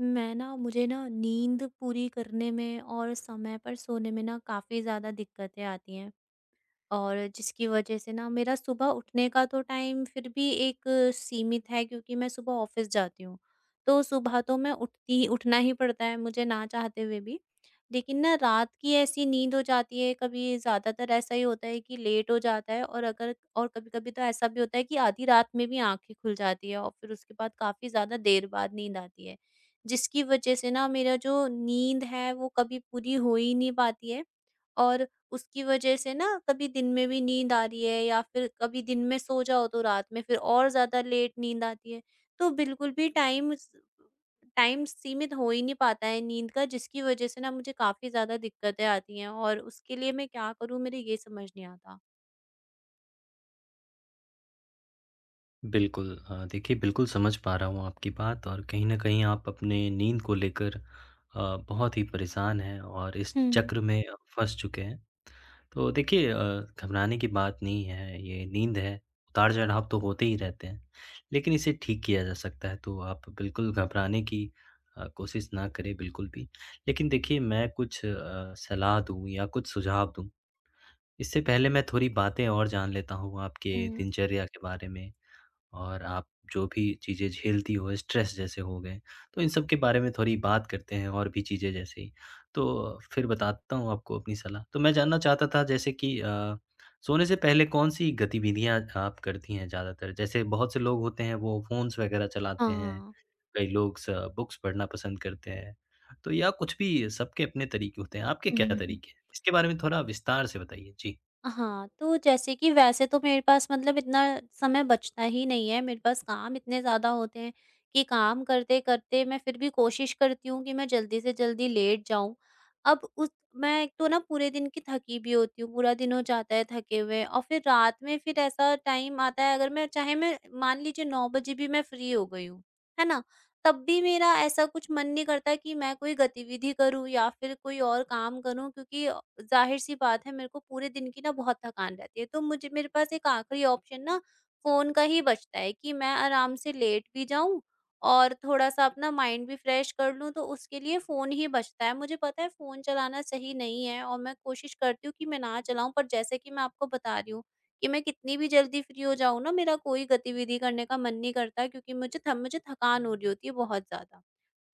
मैं ना मुझे ना नींद पूरी करने में और समय पर सोने में ना काफ़ी ज़्यादा दिक्कतें आती हैं और जिसकी वजह से ना मेरा सुबह उठने का तो टाइम फिर भी एक सीमित है क्योंकि मैं सुबह ऑफिस जाती हूँ। तो सुबह तो मैं उठती ही उठना ही पड़ता है मुझे ना चाहते हुए भी। लेकिन ना रात की ऐसी नींद हो जाती है कभी, ज़्यादातर ऐसा ही होता है कि लेट हो जाता है और अगर और कभी-कभी तो ऐसा भी होता है कि आधी रात में भी आँखें खुल जाती है और फिर उसके बाद काफ़ी ज़्यादा देर बाद नींद आती है। जिसकी वजह से ना मेरा जो नींद है वो कभी पूरी हो ही नहीं पाती है। और उसकी वजह से ना कभी दिन में भी नींद आ रही है या फिर कभी दिन में सो जाओ तो रात में फिर और ज़्यादा लेट नींद आती है। तो बिल्कुल भी टाइम सीमित हो ही नहीं पाता है नींद का, जिसकी वजह से ना मुझे काफ़ी ज़्यादा दिक्कतें आती हैं और उसके लिए मैं क्या करूँ? मेरे ये समझ नहीं आता। बिल्कुल देखिए बिल्कुल समझ पा रहा हूँ आपकी बात और कहीं न कहीं आप अपने नींद को लेकर बहुत ही परेशान हैं और इस हुँ, हुँ। चक्र में फँस चुके हैं। तो देखिए घबराने की बात नहीं है, ये नींद है, उतार-चढ़ाव तो होते ही रहते हैं, लेकिन इसे ठीक किया जा सकता है, तो आप बिल्कुल घबराने की कोशिश ना करें बिल्कुल भी। लेकिन देखिए मैं कुछ सलाह दूँ या कुछ सुझाव दूँ, इससे पहले मैं थोड़ी बातें और जान लेता हूँ आपके दिनचर्या के बारे में और आप जो भी चीज़ें झेलती हो, स्ट्रेस जैसे हो गए, तो इन सब के बारे में थोड़ी बात करते हैं और भी चीज़ें जैसे ही। तो फिर बताता हूँ आपको अपनी सलाह। तो मैं जानना चाहता था जैसे कि सोने से पहले कौन-सी गतिविधियाँ आप करती हैं ज़्यादातर? जैसे बहुत से लोग होते हैं वो फ़ोन्स वग़ैरह चलाते हैं, हाँ। कई लोग स बुक्स पढ़ना पसंद करते हैं, तो या कुछ भी सबके अपने तरीके होते हैं। आपके हुँ, क्या हुँ, हुँ। तरीके हैं? इसके बारे में थोड़ा विस्तार से बताइए। जी। हाँ, तो जैसे कि, वैसे तो मेरे पास मतलब इतना समय बचता ही नहीं है, मेरे पास काम इतने ज़्यादा होते हैं कि काम करते-करते मैं फिर भी कोशिश करती हूँ कि मैं जल्दी से जल्दी लेट जाऊँ। अब उस मैं एक तो ना पूरे दिन की थकी भी होती हूँ, पूरा दिन हो जाता है थके हुए, और फिर रात में फिर ऐसा टाइम आता है, अगर मैं मान लीजिए 9 बजे भी मैं फ्री हो गई हूँ, है ना? तब भी मेरा ऐसा कुछ मन नहीं करता कि मैं कोई गतिविधि करूँ या फिर कोई और काम करूँ, क्योंकि ज़ाहिर-सी बात है मेरे को पूरे दिन की ना बहुत थकान रहती है। तो मुझे मेरे पास एक आखिरी ऑप्शन ना फ़ोन का ही बचता है कि मैं आराम से लेट भी जाऊँ और थोड़ा-सा अपना माइंड भी फ्रेश कर लूँ, तो उसके लिए फ़ोन ही बचता है। मुझे पता है फ़ोन चलाना सही नहीं है और मैं कोशिश करती हूँ कि मैं ना चलाऊँ, पर जैसे कि मैं आपको बता रही हूँ कि मैं कितनी भी जल्दी फ्री हो जाऊँ ना, मेरा कोई गतिविधि करने का मन नहीं करता क्योंकि मुझे थकान हो रही होती है बहुत ज़्यादा।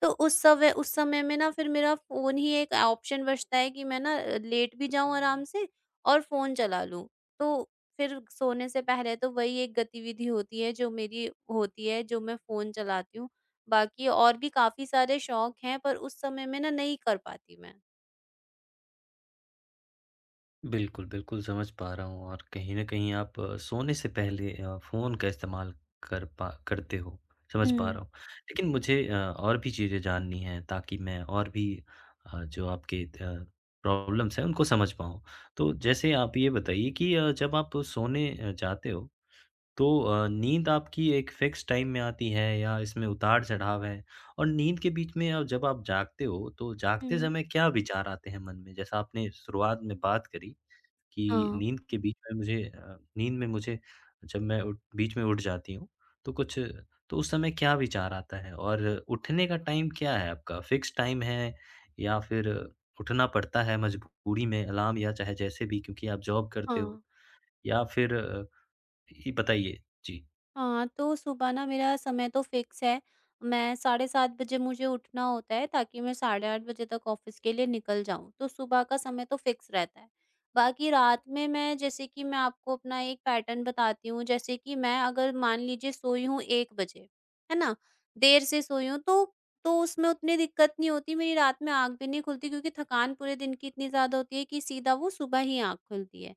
तो उस समय में ना फिर मेरा फ़ोन ही एक ऑप्शन बचता है कि मैं ना लेट भी जाऊँ आराम से और फ़ोन चला लूँ। तो फिर सोने से पहले तो वही एक गतिविधि होती है जो मेरी होती है, जो मैं फ़ोन चलाती हूँ। बाकी और भी काफ़ी सारे शौक हैं पर उस समय में ना नहीं कर पाती मैं। बिल्कुल, बिल्कुल समझ पा रहा हूँ और कहीं न कहीं आप सोने से पहले फ़ोन का इस्तेमाल कर पा करते हो, समझ पा हुँ, रहा हूँ। लेकिन मुझे और भी चीज़ें जाननी हैं ताकि मैं और भी जो आपके प्रॉब्लम्स हैं उनको समझ पाऊँ। तो जैसे आप ये बताइए कि जब आप सोने जाते हो तो नींद आपकी एक फ़िक्स टाइम में आती है या इसमें उतार-चढ़ाव है? और नींद के बीच में जब आप जागते हो तो जागते हुँ। समय क्या विचार आते हैं मन में? जैसा आपने शुरुआत में बात करी कि हाँ, नींद के बीच में मुझे नींद में मुझे जब मैं उठ बीच में उठ जाती हूँ, तो कुछ तो उस समय क्या विचार आता है? और उठने का टाइम क्या है आपका? फ़िक्स टाइम है या फिर उठना पड़ता है मजबूरी में अलार्म या चाहे जैसे भी क्योंकि आप जॉब करते हो हाँ। या फिर ये बताइए? जी। हाँ, तो सुबह ना मेरा समय तो फ़िक्स है। मैं साढ़े 7 बजे मुझे उठना होता है ताकि मैं साढ़े 8 बजे तक ऑफ़िस के लिए निकल जाऊँ, तो सुबह का समय तो फ़िक्स रहता है। बाकी रात में, मैं जैसे कि मैं आपको अपना एक पैटर्न बताती हूँ, जैसे कि मैं अगर मान लीजिए सोई हूँ 1 बजे, है ना? देर से सोई हूँ तो उसमें उतनी दिक्कत नहीं होती, मेरी रात में आँख भी नहीं खुलती क्योंकि थकान पूरे दिन की इतनी ज़्यादा होती है कि सीधा वो सुबह ही आँख खुलती है।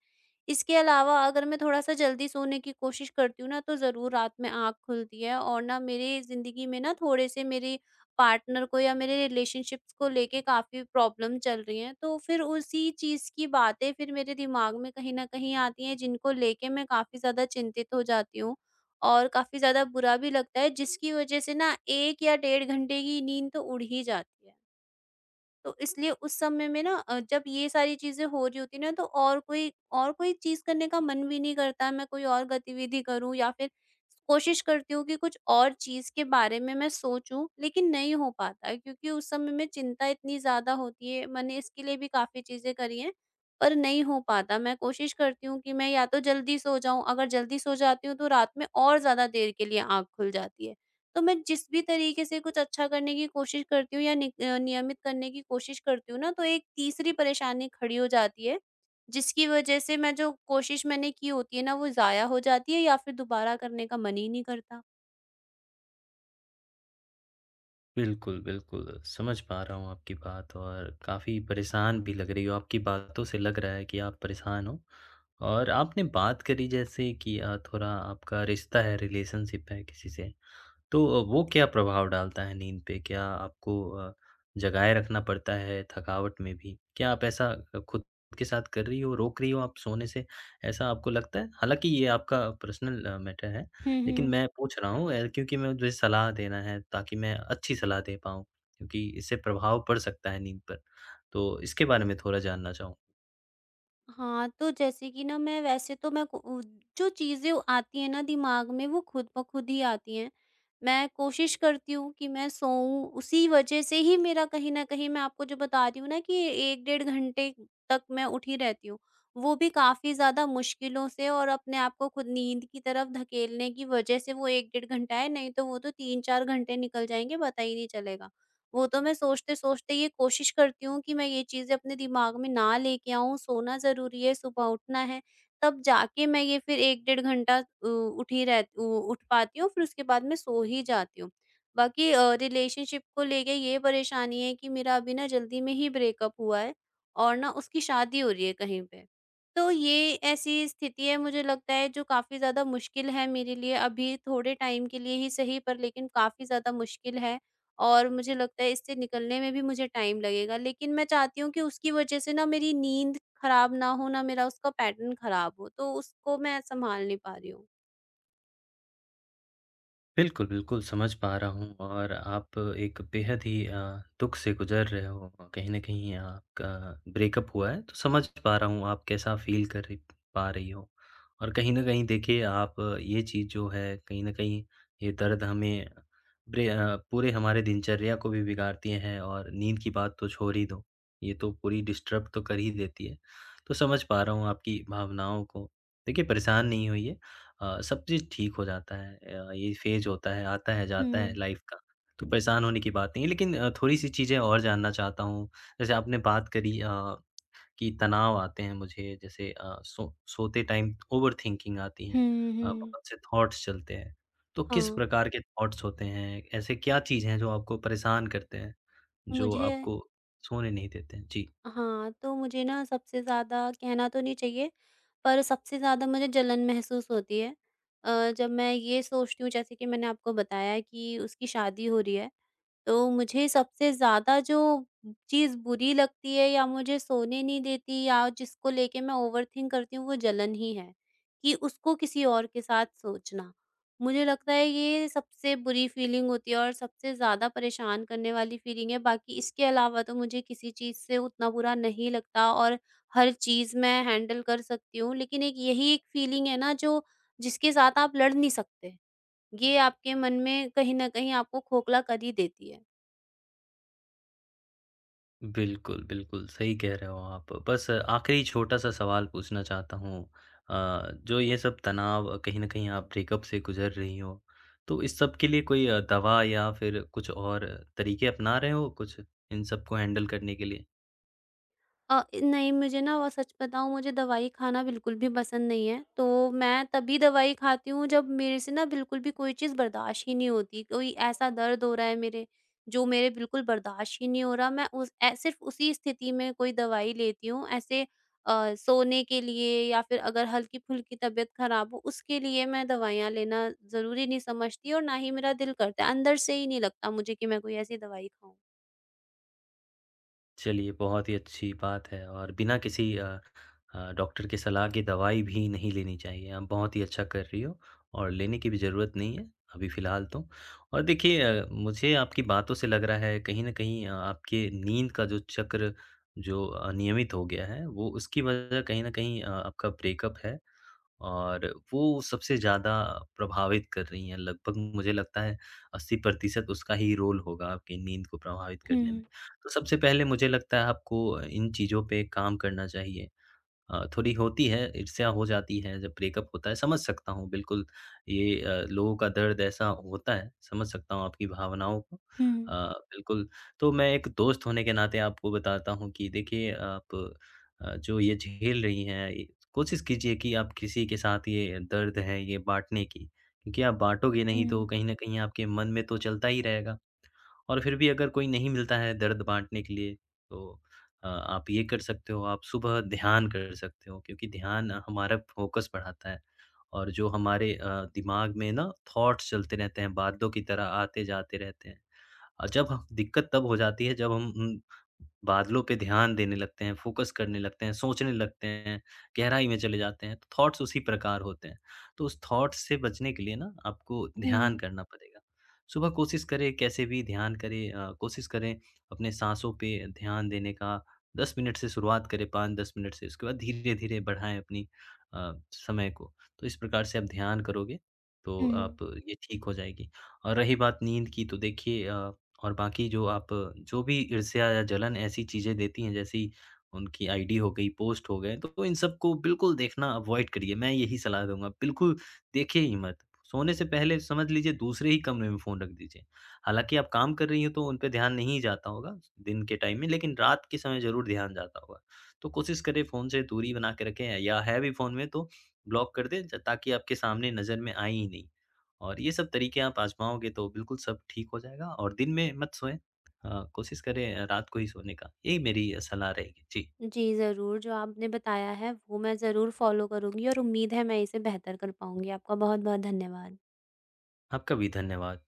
इसके अलावा अगर मैं थोड़ा-सा जल्दी सोने की कोशिश करती हूँ ना, तो ज़रूर रात में आँख खुलती है, और ना मेरी ज़िंदगी में ना थोड़े-से मेरे पार्टनर को या मेरे रिलेशनशिप्स को लेके काफ़ी प्रॉब्लम चल रही हैं। तो फिर उसी चीज़ की बातें फिर मेरे दिमाग में कहीं न कहीं आती हैं, जिनको लेके मैं काफ़ी ज़्यादा चिंतित हो जाती हूँ और काफ़ी ज़्यादा बुरा भी लगता है, जिसकी वजह से ना 1 या डेढ़ घंटे की नींद तो उड़ ही जाती है। तो इसलिए उस समय में ना जब ये सारी चीज़ें हो रही होती हैं ना, तो और कोई चीज़ करने का मन भी नहीं करता, मैं कोई और गतिविधि करूँ या फिर कोशिश करती हूँ कि कुछ और चीज़ के बारे में मैं सोचूँ, लेकिन नहीं हो पाता है क्योंकि उस समय में चिंता इतनी ज़्यादा होती है। मैंने इसके लिए भी काफ़ी चीज़ें करी हैं, पर नहीं हो पाता। मैं कोशिश करती हूँ कि मैं या तो जल्दी सो जाऊँ, अगर जल्दी सो जाती हूँ तो रात में और ज़्यादा देर के लिए आँख खुल जाती है। तो मैं जिस भी तरीके से कुछ अच्छा करने की कोशिश करती हूँ या नियमित करने की कोशिश करती हूँ ना, तो एक तीसरी परेशानी खड़ी हो जाती है, जिसकी वजह से मैं जो कोशिश मैंने की होती है ना, वो ज़ाया हो जाती है या फिर दोबारा करने का मन ही नहीं करता। बिल्कुल, बिल्कुल। समझ पा रहा हूँ आपकी बात और काफ़ी परेशान भी लग रही हो, आपकी बातों से लग रहा है कि आप परेशान हो। और आपने बात करी जैसे कि थोड़ा आपका रिश्ता है, रिलेशनशिप है किसी से। तो वो क्या प्रभाव डालता है नींद पे? क्या आपको अ, जगाए रखना पड़ता है थकावट में भी? क्या आप ऐसा खुद के साथ कर रही हो, रोक रही हो आप सोने से, ऐसा आपको लगता है? हालाँकि ये आपका पर्सनल मैटर है, हुँ, लेकिन हुँ। मैं पूछ रहा हूँ क्योंकि मैं मुझे सलाह देना है ताकि मैं अच्छी सलाह दे पाऊँ, क्योंकि इससे प्रभाव पड़ सकता है नींद पर। तो इसके बारे में थोड़ा जानना चाहूँ। हाँ, तो जैसे कि ना मैं वैसे तो मैं को उ जो चीज़ें आती हैं ना दिमाग में वो खुद ब खुद ही आती हैं। मैं कोशिश करती हूँ कि मैं सोऊँ, उसी वजह से ही मेरा, कहीं न कहीं मैं आपको जो बता रही हूँ ना कि 1 डेढ़ घंटे तक मैं उठी रहती हूँ। वो भी काफ़ी ज़्यादा मुश्किलों से और अपने आप को खुद नींद की तरफ धकेलने की वजह से वो 1 डेढ़ घंटा है, नहीं तो वो तो 3-4 घंटे निकल जाएँगे, पता ही नहीं चलेगा। वो तो मैं सोचते-सोचते ये कोशिश करती हूँ कि मैं ये चीज़ें अपने दिमाग में ना लेके आऊँ, सोना ज़रूरी है, सुबह उठना है, तब जाके मैं ये फिर 1 डेढ़ घंटा उ उठी रह उ उठ पाती हूँ, फिर उसके बाद मैं सो ही जाती हूँ। बाकी रिलेशनशिप को लेके ये परेशानी है कि मेरा अभी ना जल्दी में ही ब्रेकअप हुआ है और ना उसकी शादी हो रही है कहीं पे। तो ये ऐसी स्थिति है मुझे लगता है जो काफ़ी ज़्यादा मुश्किल है मेरे लिए, अभी थोड़े टाइम के लिए ही सही पर, लेकिन काफ़ी ज़्यादा मुश्किल है। और मुझे लगता है इससे निकलने में भी मुझे टाइम लगेगा। लेकिन मैं चाहती हूँ कि उसकी वजह से ना मेरी नींद खराब ना हो, ना मेरा उसका पैटर्न खराब हो, तो उसको मैं सँभाल नहीं पा रही हूँ। बिल्कुल, बिल्कुल, समझ पा रहा हूँ और आप एक बेहद ही दुःख से गुज़र रहे हो। कहीं न कहीं आपका ब्रेकअप हुआ है, तो समझ पा रहा हूँ आप कैसा फ़ील कर रही पा रही हो। और कहीं न कहीं देखिए आप ये चीज़ जो है, कहीं न कहीं ये दर्द हमें पूरे हमारे दिनचर्या को भी बिगाड़ती है और नींद की बात तो छोड़ ही दो, ये तो पूरी डिस्टर्ब तो कर ही देती है। तो समझ पा रहा हूँ आपकी भावनाओं को। देखिए परेशान नहीं होइए सब चीज़ ठीक हो जाता है ये फेज़ होता है, आता है, जाता है हुँ। लाइफ़ का, तो परेशान होने की बात नहीं है। लेकिन थोड़ी-सी चीज़ें और जानना चाहता हूँ, जैसे आपने बात करी कि तनाव आते हैं मुझे जैसे सोते टाइम ओवरथिंकिंग आती है हुँ, हुँ। बहुत से थॉट्स चलते हैं, तो किस हाँ, प्रकार के थॉट्स होते हैं? ऐसे क्या चीज़ हैं जो आपको परेशान करते हैं, जो मुझे आपको सोने नहीं देते हैं? जी। हाँ, तो मुझे ना सबसे ज़्यादा कहना तो नहीं चाहिए, पर सबसे ज़्यादा मुझे जलन महसूस होती है। जब मैं ये सोचती हूँ, जैसे कि मैंने आपको बताया कि उसकी शादी हो रही है, तो मुझे सबसे ज़्यादा जो चीज़ बुरी लगती है या मुझे सोने नहीं देती या जिसको लेके मैं ओवरथिंक करती हूँ वो जलन ही है, कि उसको किसी और के साथ सोचना। मुझे लगता है ये सबसे बुरी फीलिंग होती है और सबसे ज़्यादा परेशान करने वाली फीलिंग है, बाकी इसके अलावा तो मुझे किसी चीज़ से उतना बुरा नहीं लगता और हर चीज़ मैं हैंडल कर सकती हूँ। लेकिन एक यही एक फीलिंग है ना, जो जिसके साथ आप लड़ नहीं सकते, ये आपके मन में कहीं न कहीं आपको खोखला कर ही देती है। बिल्कुल, बिल्कुल, सही कह रहे हो आप। बस आखिरी छोटा-सा सवाल पूछना चाहता हूँ अ, जो ये सब तनाव कहीं न कहीं आप ब्रेकअप से गुज़र रही हो, तो इस सब के लिए कोई दवा या फिर कुछ और तरीके अपना रहे हो कुछ, इन सबको हैंडल करने के लिए? नहीं, मुझे ना, वो सच बताऊँ, मुझे दवाई खाना बिल्कुल भी पसंद नहीं है। तो मैं तभी दवाई खाती हूँ जब मेरे से ना बिल्कुल भी कोई चीज़ बर्दाश्त ही नहीं होती। कोई ऐसा दर्द हो रहा है मेरे, जो मेरे बिल्कुल बर्दाश्त ही नहीं हो रहा। मैं उस ए सिर्फ़ उसी स्थिति में कोई दवाई लेती हूँ। ऐसे सोने के लिए या फिर अगर हल्की-फुल्की तबीयत ख़राब हो उसके लिए मैं दवाइयाँ लेना ज़रूरी नहीं समझती और ना ही मेरा दिल करता है। अंदर से ही नहीं लगता मुझे कि मैं कोई ऐसी दवाई खाऊँ। चलिए, बहुत ही अच्छी बात है और बिना किसी डॉक्टर की सलाह के दवाई भी नहीं लेनी चाहिए। आप बहुत ही अच्छा कर रही हो और लेने की भी ज़रूरत नहीं है, अभी फ़िलहाल तो। और देखिए मुझे आपकी बातों से लग रहा है कहीं न कहीं आपके नींद का जो चक्र जो अनियमित हो गया है, वो उसकी वजह कहीं न कहीं आपका ब्रेकअप है। और वो सबसे ज़्यादा प्रभावित कर रही हैं। लगभग मुझे लगता है 80% उसका ही रोल होगा आपकी नींद को प्रभावित करने में। हुँ, तो सबसे पहले मुझे लगता है आपको इन चीज़ों पे काम करना चाहिए। थोड़ी होती है, ईर्ष्या हो जाती है जब ब्रेकअप होता है, समझ सकता हूँ बिल्कुल ये लोगों का दर्द ऐसा होता है, समझ सकता हूँ आपकी भावनाओं को। हुँ, बिल्कुल, तो मैं एक दोस्त होने के नाते आपको बताता हूँ कि देखिए आप जो ये झेल रही हैं ये कोशिश कीजिए कि आप किसी के साथ ये दर्द है, ये बाँटने की, क्योंकि आप बाँटोगे नहीं तो हुँ, कहीं न कहीं आपके मन में तो चलता ही रहेगा। और फिर भी अगर कोई नहीं मिलता है दर्द बाँटने के लिए, तो आप ये कर सकते हो, आप सुबह ध्यान कर सकते हो क्योंकि ध्यान हमारा फ़ोकस बढ़ाता है और जो हमारे दिमाग में ना थॉट्स चलते रहते हैं, बादलों की तरह आते-जाते रहते हैं। जब ह दिक्कत तब हो जाती है जब हम बादलों पे ध्यान देने लगते हैं, फ़ोकस करने लगते हैं, सोचने लगते हैं, गहराई में चले जाते हैं, तो थॉट्स उसी प्रकार होते हैं। तो उस थॉट्स से बचने के लिए ना आपको ध्यान हुँ, करना पड़ेगा। सुबह कोशिश करें कैसे भी ध्यान करें कोशिश करें अपने साँसों पे ध्यान देने का 10 मिनट से शुरुआत करें 5-10 मिनट से, उसके बाद धीरे-धीरे बढ़ाएँ अपनी समय को। तो इस प्रकार से आप ध्यान करोगे तो आप हुँ। ये ठीक हो जाएगी। और रही बात नींद की तो देखिए और बाकी जो भी ईर्ष्या या जलन ऐसी चीज़ें देती हैं जैसी उनकी आईडी हो गई, पोस्ट हो गए, तो इन सबको बिल्कुल देखना अवॉइड करिए। मैं यही सलाह दूँगा, बिल्कुल देखिए ही मत। सोने से पहले समझ लीजिए दूसरे ही कमरे में फ़ोन रख दीजिए। हालाँकि आप काम कर रही हो तो उन पे ध्यान नहीं जाता होगा दिन के टाइम में, लेकिन रात के समय ज़रूर ध्यान जाता होगा। तो कोशिश करें फ़ोन से दूरी बना के रखें या है भी फ़ोन में तो ब्लॉक कर दें ज ताकि आपके सामने नज़र में आए ही नहीं। और ये सब तरीके आप आज़माओगे तो बिल्कुल सब ठीक हो जाएगा और दिन में मत सोएँ। कोशिश करें रात को ही सोने का। यही मेरी सलाह रहेगी। जी, जी, ज़रूर, जो आपने बताया है वो मैं ज़रूर फ़ॉलो करूँगी और उम्मीद है मैं इसे बेहतर कर पाऊँगी। आपका बहुत-बहुत धन्यवाद। आपका भी धन्यवाद।